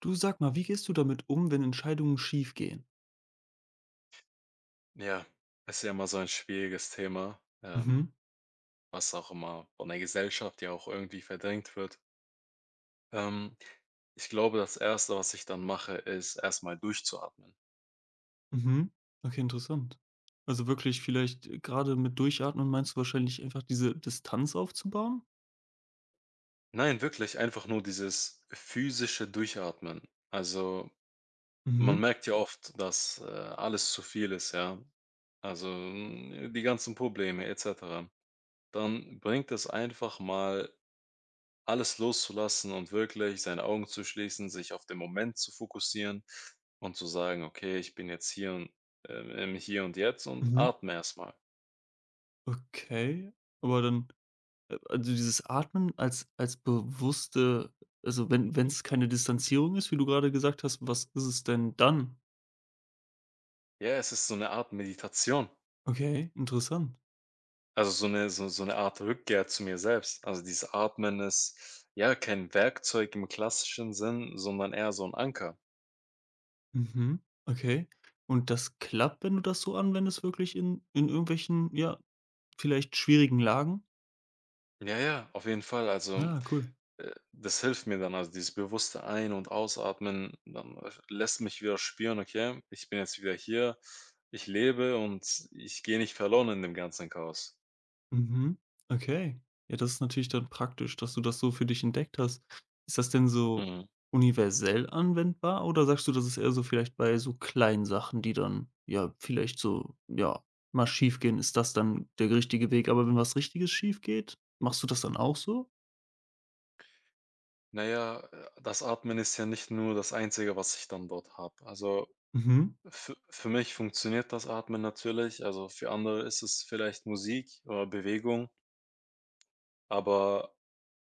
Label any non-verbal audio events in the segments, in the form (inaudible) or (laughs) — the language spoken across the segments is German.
Du, sag mal, wie gehst du damit um, wenn Entscheidungen schiefgehen? Ja, ist ja immer so ein schwieriges Thema, Mhm. was auch immer von der Gesellschaft ja auch irgendwie verdrängt wird. Ähm, Ich glaube, das Erste, was ich dann mache, ist erstmal durchzuatmen. Mhm. Okay, interessant. Also wirklich vielleicht, grade mit Durchatmen meinst du wahrscheinlich einfach diese Distanz aufzubauen? Nein, wirklich einfach nur dieses physische Durchatmen. Also man Mhm. merkt ja oft, dass alles zu viel ist, ja. Also die ganzen Probleme etc. Dann bringt es einfach mal alles loszulassen und wirklich seine Augen zu schließen, sich auf den Moment zu fokussieren und zu sagen: „Okay, ich bin jetzt hier und im Hier und Jetzt" und Mhm. atme erstmal. Okay. Aber dann also dieses Atmen als bewusste, also wenn es keine Distanzierung ist, wie du gerade gesagt hast, was ist es denn dann? Ja, es ist so eine Art Meditation, Okay, interessant. also so eine so so 'ne Art Rückkehr zu mir selbst. Also, dieses Atmen ist, ja, kein Werkzeug im klassischen Sinn, sondern eher so ein Anker. Mhm, okay. Und das klappt, wenn du das so anwendest, wirklich in irgendwelchen, ja, vielleicht schwierigen Lagen? Ja, ja, auf jeden Fall. Also. Ah, cool. Das hilft mir dann, also dieses bewusste Ein und Ausatmen, dann lässt mich wieder spüren, okay, ich bin jetzt wieder hier, ich lebe und ich gehe nicht verloren in dem ganzen Chaos. Mhm. Okay. Ja, das ist natürlich dann praktisch, dass du das so für dich entdeckt hast. Ist das denn so Mhm. universell anwendbar oder sagst du, das ist eher so vielleicht bei so kleinen Sachen, die dann ja vielleicht so, ja, mal schief gehen, ist das dann der richtige Weg? Aber wenn was Richtiges schief geht, machst du das dann auch so? Naja, das Atmen ist ja nicht nur das Einzige, was ich dann dort habe. Also Mhm. für mich funktioniert das Atmen natürlich, also für andere ist es vielleicht Musik oder Bewegung, aber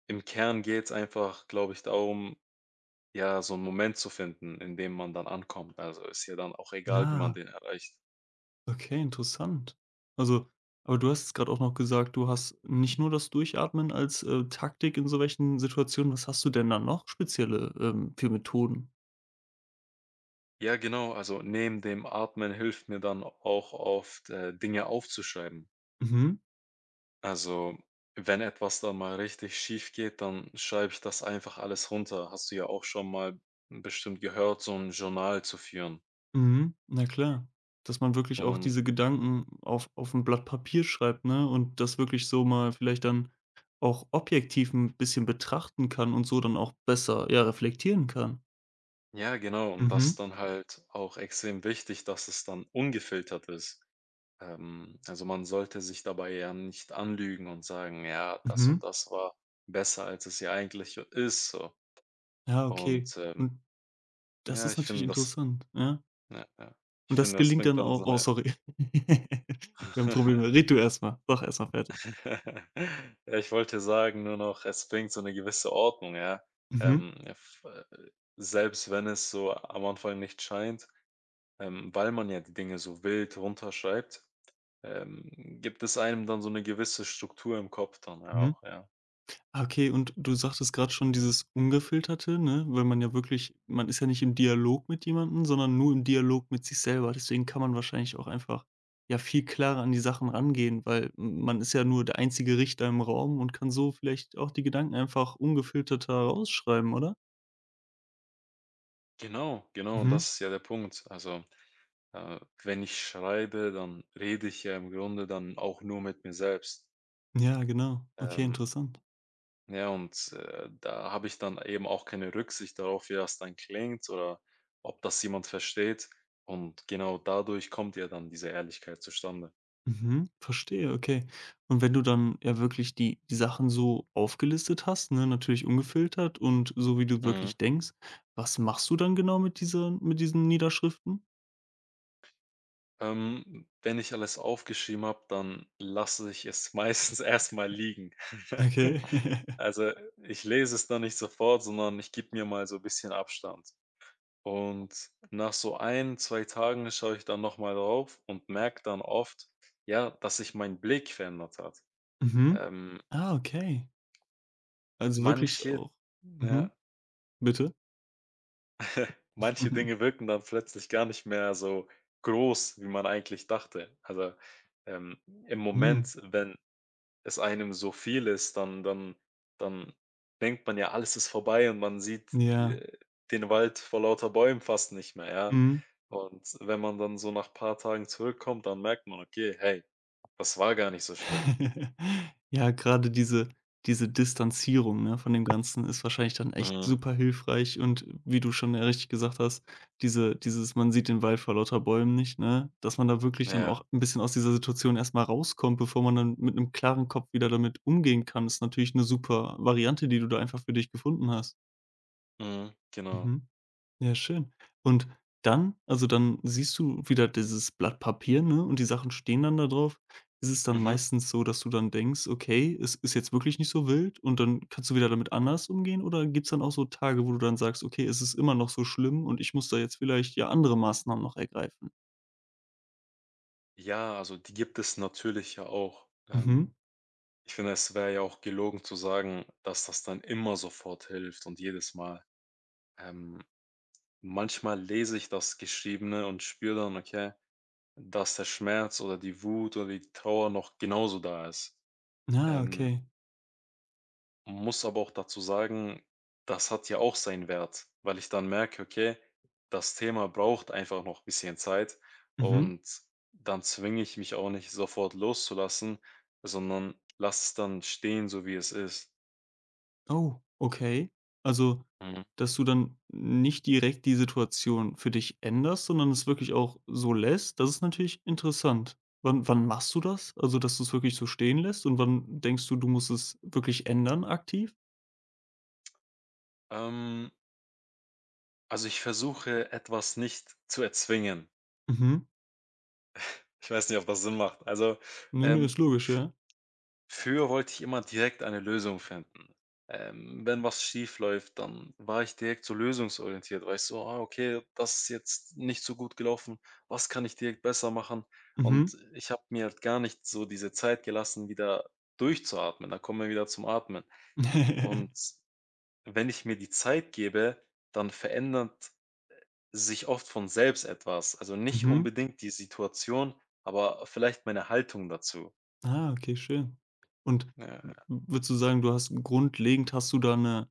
im Kern geht es einfach, glaube ich, darum, ja, so einen Moment zu finden, in dem man dann ankommt. Also, ist ja dann auch egal, wie man Ja. den erreicht. Okay, interessant. Also aber du hast jetzt gerade auch noch gesagt, du hast nicht nur das Durchatmen als, Taktik in so welchen Situationen. Was hast du denn dann noch spezielle, für Methoden? Ja, genau, also neben dem Atmen hilft mir dann auch oft, Dinge aufzuschreiben. Mhm. Also, wenn etwas dann mal richtig schief geht, dann schreibe ich das einfach alles runter. Hast du ja auch schon mal bestimmt gehört, so ein Journal zu führen. Mhm, na klar. Dass man wirklich auch Und diese Gedanken auf ein Blatt Papier schreibt, ne, und das wirklich so mal vielleicht dann auch objektiv ein bisschen betrachten kann und so dann auch besser, ja, reflektieren kann. ja, genau, und das Mhm. ist dann halt auch extrem wichtig, dass es dann ungefiltert ist. Also, man sollte sich dabei ja nicht anlügen und sagen: „Ja, das Mhm. und das war besser, als es ja eigentlich ist", so. Ja, okay. Und, Und das ja, ist ich natürlich finde das, interessant, ja, ja. ja, ja. Ich Und das finde, das gelingt bringt dann dann so auch. Oh, eine. sorry. (laughs) Wir haben Probleme. (laughs) Red du erst mal. Mach erst mal fertig. Ja, ich wollte sagen nur noch, es bringt so eine gewisse Ordnung, ja. Mhm. Ja, f selbst wenn es so am Anfang nicht scheint, weil man ja die Dinge so wild runterschreibt, ähm, gibt es einem dann so eine gewisse Struktur im Kopf dann ja Mhm. auch, ja. Ah, okay, und du sagtest gerade schon dieses Ungefilterte, ne? Weil man ja wirklich, man ist ja nicht im Dialog mit jemandem, sondern nur im Dialog mit sich selber. Deswegen kann man wahrscheinlich auch einfach, ja, viel klarer an die Sachen rangehen, weil m man ist ja nur der einzige Richter im Raum und kann so vielleicht auch die Gedanken einfach ungefilterter rausschreiben, oder? Genau, genau, und Mhm. das ist ja der Punkt. Also, wenn ich schreibe, dann rede ich ja im Grunde dann auch nur mit mir selbst. Ja, genau. Okay, Ähm, interessant. ja, und da habe ich dann eben auch keine Rücksicht darauf, wie das dann klingt oder ob das jemand versteht. Und genau dadurch kommt ja dann diese Ehrlichkeit zustande. Mhm, verstehe, okay. Und wenn du dann ja wirklich die Sachen so aufgelistet hast, ne, natürlich ungefiltert und so, wie du Mhm. wirklich denkst, was machst du dann genau mit dieser mit diesen Niederschriften? Wenn ich alles aufgeschrieben habe, dann lasse ich es meistens (laughs) erstmal liegen. Okay. (laughs) (laughs) Also ich lese es dann nicht sofort, sondern ich gebe mir mal so ein bisschen Abstand. Und nach so ein 2 Tagen schaue ich dann nochmal drauf und merke dann oft, ja, dass sich mein Blick verändert hat. Mhm. Ähm, Ah, okay. Also wirklich Manche, auch. ja, Mhm, bitte? manche Dinge (laughs) wirken dann plötzlich gar nicht mehr so groß, wie man eigentlich dachte. Also, im Mhm. Moment, wenn es einem so viel ist, dann denkt man ja, alles ist vorbei und man sieht, Ja. äh, den Wald vor lauter Bäumen fast nicht mehr, ja. Mhm. Und wenn man dann so nach paar Tagen zurückkommt, dann merkt man: „Okay, hey, das war gar nicht so schlimm." (laughs) Ja, gerade diese Distanzierung, ne, von dem Ganzen ist wahrscheinlich dann echt Mhm. super hilfreich, und wie du schon ja richtig gesagt hast, dieses, man sieht den Wald vor lauter Bäumen nicht, ne, dass man da wirklich dann Ja. auch ein bisschen aus dieser Situation erstmal rauskommt, bevor man dann mit einem klaren Kopf wieder damit umgehen kann, ist natürlich eine super Variante, die du da einfach für dich gefunden hast. Mhm. Genau. Mhm. Ja, schön. Und dann also, dann siehst du wieder dieses Blatt Papier, ne, und die Sachen stehen dann da drauf. Ist es dann Mhm. meistens so, dass du dann denkst: „Okay, es ist jetzt wirklich nicht so wild", und dann kannst du wieder damit anders umgehen? Oder gibt's dann auch so Tage, wo du dann sagst: „Okay, es ist immer noch so schlimm und ich muss da jetzt vielleicht, ja, andere Maßnahmen noch ergreifen?" Ja, also die gibt es natürlich ja auch. Mhm. Ich finde, es wäre ja auch gelogen zu sagen, dass das dann immer sofort hilft und jedes Mal. Ähm, Manchmal lese ich das Geschriebene und spüre dann: „Okay, dass der Schmerz oder die Wut oder die Trauer noch genauso da ist. Ah, Ähm, okay. Muss aber auch dazu sagen, das hat ja auch seinen Wert, weil ich dann merke, okay, das Thema braucht einfach noch ein bisschen Zeit Mhm. und dann zwinge ich mich auch nicht sofort loszulassen, sondern lasse es dann stehen, so wie es ist. Oh, okay. Also, Mhm. dass du dann nicht direkt die Situation für dich änderst, sondern es wirklich auch so lässt, das ist natürlich interessant. Wann machst du das? Also, dass du es wirklich so stehen lässt, und wann denkst du, du musst es wirklich ändern, aktiv? Ähm, also ich versuche etwas nicht zu erzwingen. Mhm. Ich weiß nicht, ob das Sinn macht. Also, Ne, ne, ähm, ist logisch, ja. früher wollte ich immer direkt eine Lösung finden. Wenn was schief läuft, dann war ich direkt so lösungsorientiert, weißt du, ah, okay, das ist jetzt nicht so gut gelaufen, was kann ich direkt besser machen? Mhm. Und ich habe mir halt gar nicht so diese Zeit gelassen, wieder durchzuatmen. Da kommen wir wieder zum Atmen. (laughs) Und wenn ich mir die Zeit gebe, dann verändert sich oft von selbst etwas. Also nicht Mhm. unbedingt die Situation, aber vielleicht meine Haltung dazu. Ah, okay, schön. Und w Ja. würdest du sagen, du hast grundlegend, hast du da eine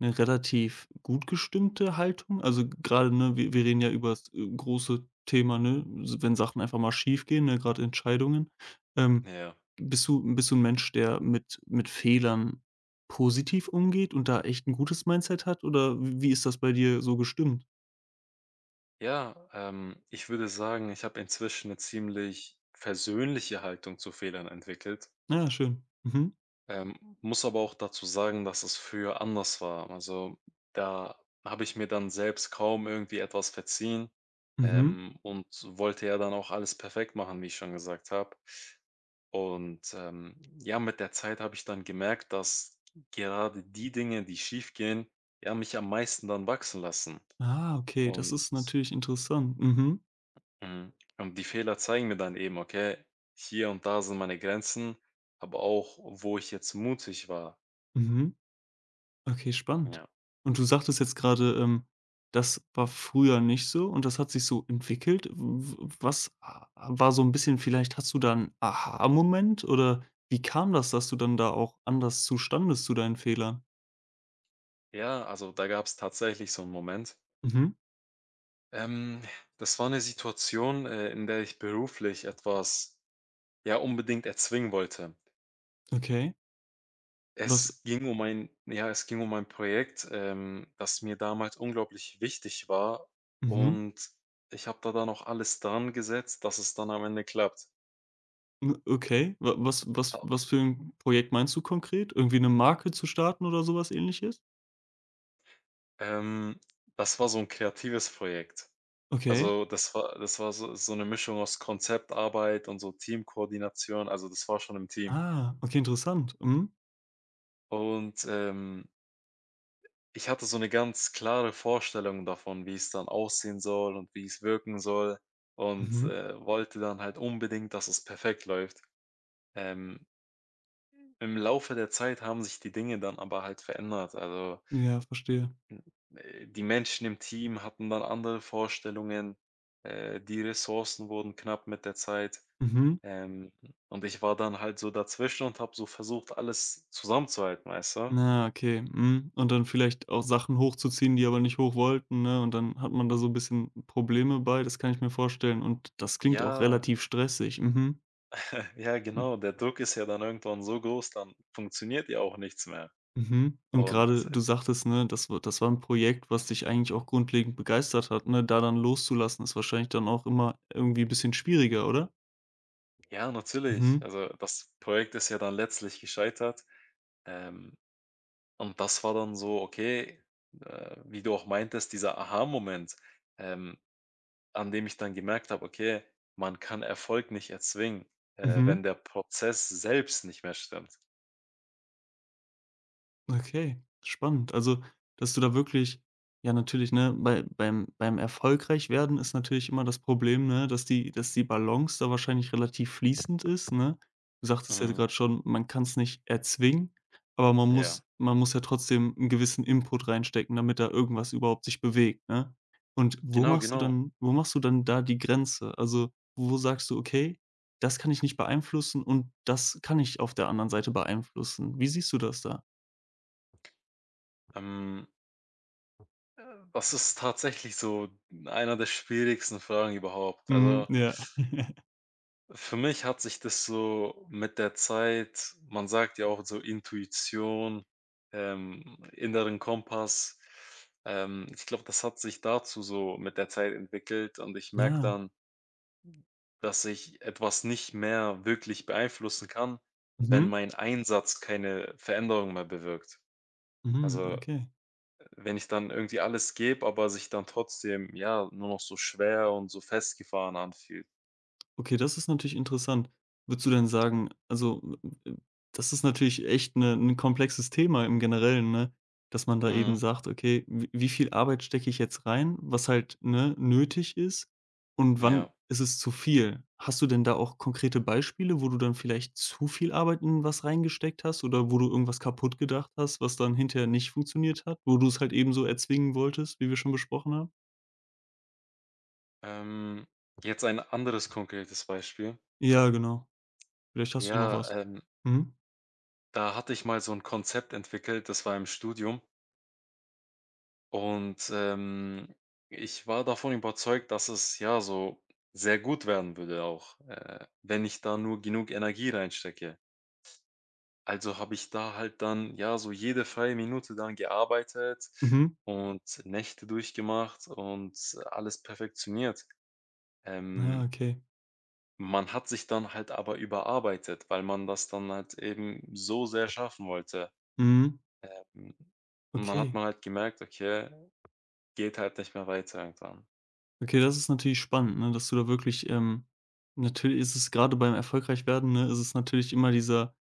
eine relativ gut gestimmte Haltung? Also, gerade ne, wir reden ja übers, große Thema, ne, s wenn Sachen einfach mal schiefgehen, ne, gerade Entscheidungen. Ähm, Ja. Bist du ein Mensch, der mit Fehlern positiv umgeht und da echt ein gutes Mindset hat, oder w wie ist das bei dir so gestimmt? Ja, ich würde sagen, ich habe inzwischen eine ziemlich versöhnliche Haltung zu Fehlern entwickelt, Ja, schön. Mhm. Muss aber auch dazu sagen, dass es früher anders war. Also, da habe ich mir dann selbst kaum irgendwie etwas verziehen, Mhm. Und wollte ja dann auch alles perfekt machen, wie ich schon gesagt habe. Und, ja, mit der Zeit habe ich dann gemerkt, dass gerade die Dinge, die schiefgehen, ja, mich am meisten dann wachsen lassen Ah, okay, das und ist natürlich interessant. Mhm. Mhm. Und die Fehler zeigen mir dann eben, okay, hier und da sind meine Grenzen, aber auch, wo ich jetzt mutig war. Mhm. Okay, spannend. Ja. Und du sagtest jetzt gerade, das war früher nicht so und das hat sich so entwickelt. W w was a War so ein bisschen, vielleicht hast du da 'n Aha-Moment oder wie kam das, dass du dann da auch anders zustandest zu deinen Fehlern? Ja, also da gab es tatsächlich so einen Moment. Mhm, Ähm, Das war eine Situation, in der ich beruflich etwas ja unbedingt erzwingen wollte. okay. Was Es ging um ein, ja, es ging um ein Projekt, das mir damals unglaublich wichtig war Mhm, und ich habe da dann auch alles dran gesetzt, dass es dann am Ende klappt. m okay. Wa was was Was für ein Projekt meinst du konkret? Irgendwie eine Marke zu starten oder sowas Ähnliches? Ähm, Das war so 'n kreatives Projekt. Okay. Also, das war so 'ne Mischung aus Konzeptarbeit und so Teamkoordination. Also, das war schon im Team. Ah, okay, interessant. Mhm. Und, ich hatte so 'ne ganz klare Vorstellung davon, wie es dann aussehen soll und wie es wirken soll und, Mhm. Wollte dann halt unbedingt, dass es perfekt läuft. Ähm, Im Laufe der Zeit haben sich die Dinge dann aber halt verändert. Also Ja, verstehe. Hm, die Menschen im Team hatten dann andere Vorstellungen, die Ressourcen wurden knapp mit der Zeit, Mhm. ähm, und ich war dann halt so dazwischen und habe so versucht, alles zusammenzuhalten, weißt du? Na, okay, mhm. Und dann vielleicht auch Sachen hochzuziehen, die aber nicht hoch wollten, ne? Und dann hat man da so ein bisschen Probleme bei, das kann ich mir vorstellen. Und das klingt Ja, auch relativ stressig. Mhm. (laughs) ja, Hm, genau, der Druck ist ja dann irgendwann so groß, dann funktioniert ja auch nichts mehr. mhm. Und Und, gerade du sagtest, ne, das war ein Projekt, was dich eigentlich auch grundlegend begeistert hat, ne? Da dann loszulassen, ist wahrscheinlich dann auch immer irgendwie ein bisschen schwieriger, oder? ja, natürlich, Mhm. also das Projekt ist ja dann letztlich gescheitert, ähm, und das war dann so, okay, wie du auch meintest, dieser Aha-Moment, ähm an dem ich dann gemerkt habe, okay, man kann Erfolg nicht erzwingen, Mhm. wenn der Prozess selbst nicht mehr stimmt. Okay, spannend. Also, dass du da wirklich, ja, natürlich, ne, bei beim erfolgreich werden ist natürlich immer das Problem, ne, dass die Balance da wahrscheinlich relativ fließend ist, ne? Du sagtest ja Mhm. gerade schon, man kann es nicht erzwingen, aber man Ja, muss man muss ja trotzdem einen gewissen Input reinstecken, damit da irgendwas überhaupt sich bewegt, ne? Und genau, genau. Wo machst du dann da die Grenze? Also, wo sagst du: „Okay, das kann ich nicht beeinflussen und das kann ich auf der anderen Seite beeinflussen." Wie siehst du das da? Ähm, äh, Das ist tatsächlich so einer der schwierigsten Fragen überhaupt. Mhm, Also ja. (laughs) für mich hat sich das so mit der Zeit, man sagt ja auch so Intuition, inneren Kompass, ich glaube, das hat sich dazu so mit der Zeit entwickelt und ich merke Ja. dann, dass ich etwas nicht mehr wirklich beeinflussen kann, wenn Mhm, mein Einsatz keine Veränderung mehr bewirkt. mhm, Also, okay. wenn ich dann irgendwie alles gebe, aber sich dann trotzdem, ja, nur noch so schwer und so festgefahren anfühlt. Okay, das ist natürlich interessant. Würdest du denn sagen, also, äh, äh, das ist natürlich echt 'n komplexes Thema im Generellen, ne, dass man da eben Mhm. sagt: „Okay, w wie viel Arbeit stecke ich jetzt rein, was halt, ne, nötig ist und wann Ja. ist es zu viel?" Hast du denn da auch konkrete Beispiele, wo du dann vielleicht zu viel Arbeit in was reingesteckt hast oder wo du irgendwas kaputt gedacht hast, was dann hinterher nicht funktioniert hat, wo du es halt eben so erzwingen wolltest, wie wir schon besprochen haben? Ähm, Jetzt ein anderes konkretes Beispiel. Ja, genau. Vielleicht hast du noch Ja, was. Mhm. da hatte ich mal so ein Konzept entwickelt, das war im Studium. Und, ich war davon überzeugt, dass es, ja, so sehr gut werden würde auch, wenn ich da nur genug Energie reinstecke. Also habe ich da halt dann, ja, so jede freie Minute dann gearbeitet Mhm. und Nächte durchgemacht und alles perfektioniert. Ah, Ähm, okay. Man hat sich dann halt aber überarbeitet, weil man das dann halt eben so sehr schaffen wollte. Mhm. Hm, und dann hat Okay. man halt gemerkt: „Okay, geht halt nicht mehr weiter irgendwann." Okay, das ist natürlich spannend, ne, dass du da wirklich, natürlich ist es gerade beim Erfolgreichwerden, ne, ist es natürlich immer dieser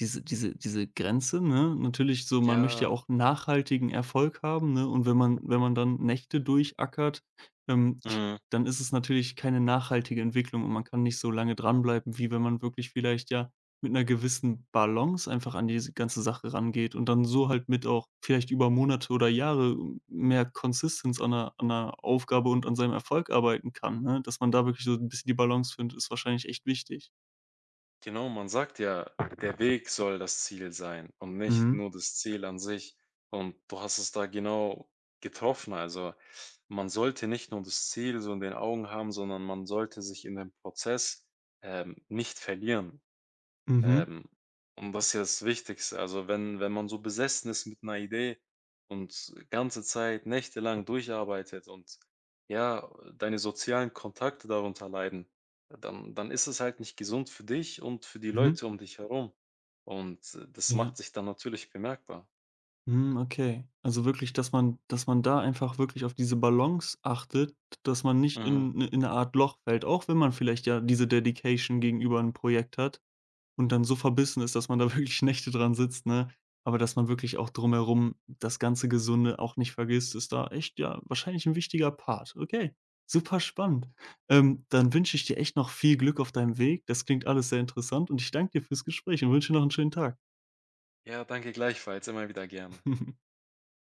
diese diese diese Grenze, ne? Natürlich so, man möchte ja Ja. auch nachhaltigen Erfolg haben, ne? Und wenn man dann Nächte durchackert, ich Mhm. dann ist es natürlich keine nachhaltige Entwicklung und man kann nicht so lange dranbleiben, wie wenn man wirklich vielleicht, ja, mit 'ner gewissen Balance einfach an diese ganze Sache rangeht und dann so halt mit auch vielleicht über Monate oder Jahre mehr Consistenz an 'ner Aufgabe und an seinem Erfolg arbeiten kann, ne? Dass man da wirklich so 'n bisschen die Balance findet, ist wahrscheinlich echt wichtig. Genau, man sagt ja, der Weg soll das Ziel sein und nicht Mhm. nur das Ziel an sich. Und du hast es da genau getroffen. Also man sollte nicht nur das Ziel so in den Augen haben, sondern man sollte sich in dem Prozess nicht verlieren. Mhm, Ähm, und das ist ja das Wichtigste. Also wenn man so besessen ist mit einer Idee und ganze Zeit nächtelang durcharbeitet und ja, deine sozialen Kontakte darunter leiden, dann ist es halt nicht gesund für dich und für die mhm, Leute um dich herum. Und das ja. macht sich dann natürlich bemerkbar. Mhm, okay. Also wirklich, dass man da einfach wirklich auf diese Balance achtet, dass man nicht Mhm. in 'ne Art Loch fällt, auch wenn man vielleicht ja diese Dedication gegenüber 'n Projekt hat. Und dann so verbissen ist, dass man da (laughs) wirklich Nächte dran sitzt, ne? Aber dass man wirklich auch drumherum das ganze Gesunde auch nicht vergisst, ist da echt, ja, wahrscheinlich ein wichtiger Part. Okay, super spannend. Dann wünsche ich dir echt noch viel Glück auf deinem Weg. Das klingt alles sehr interessant und ich danke dir fürs Gespräch und wünsche dir noch einen schönen Tag. Ja, danke gleichfalls, immer wieder gerne. (laughs)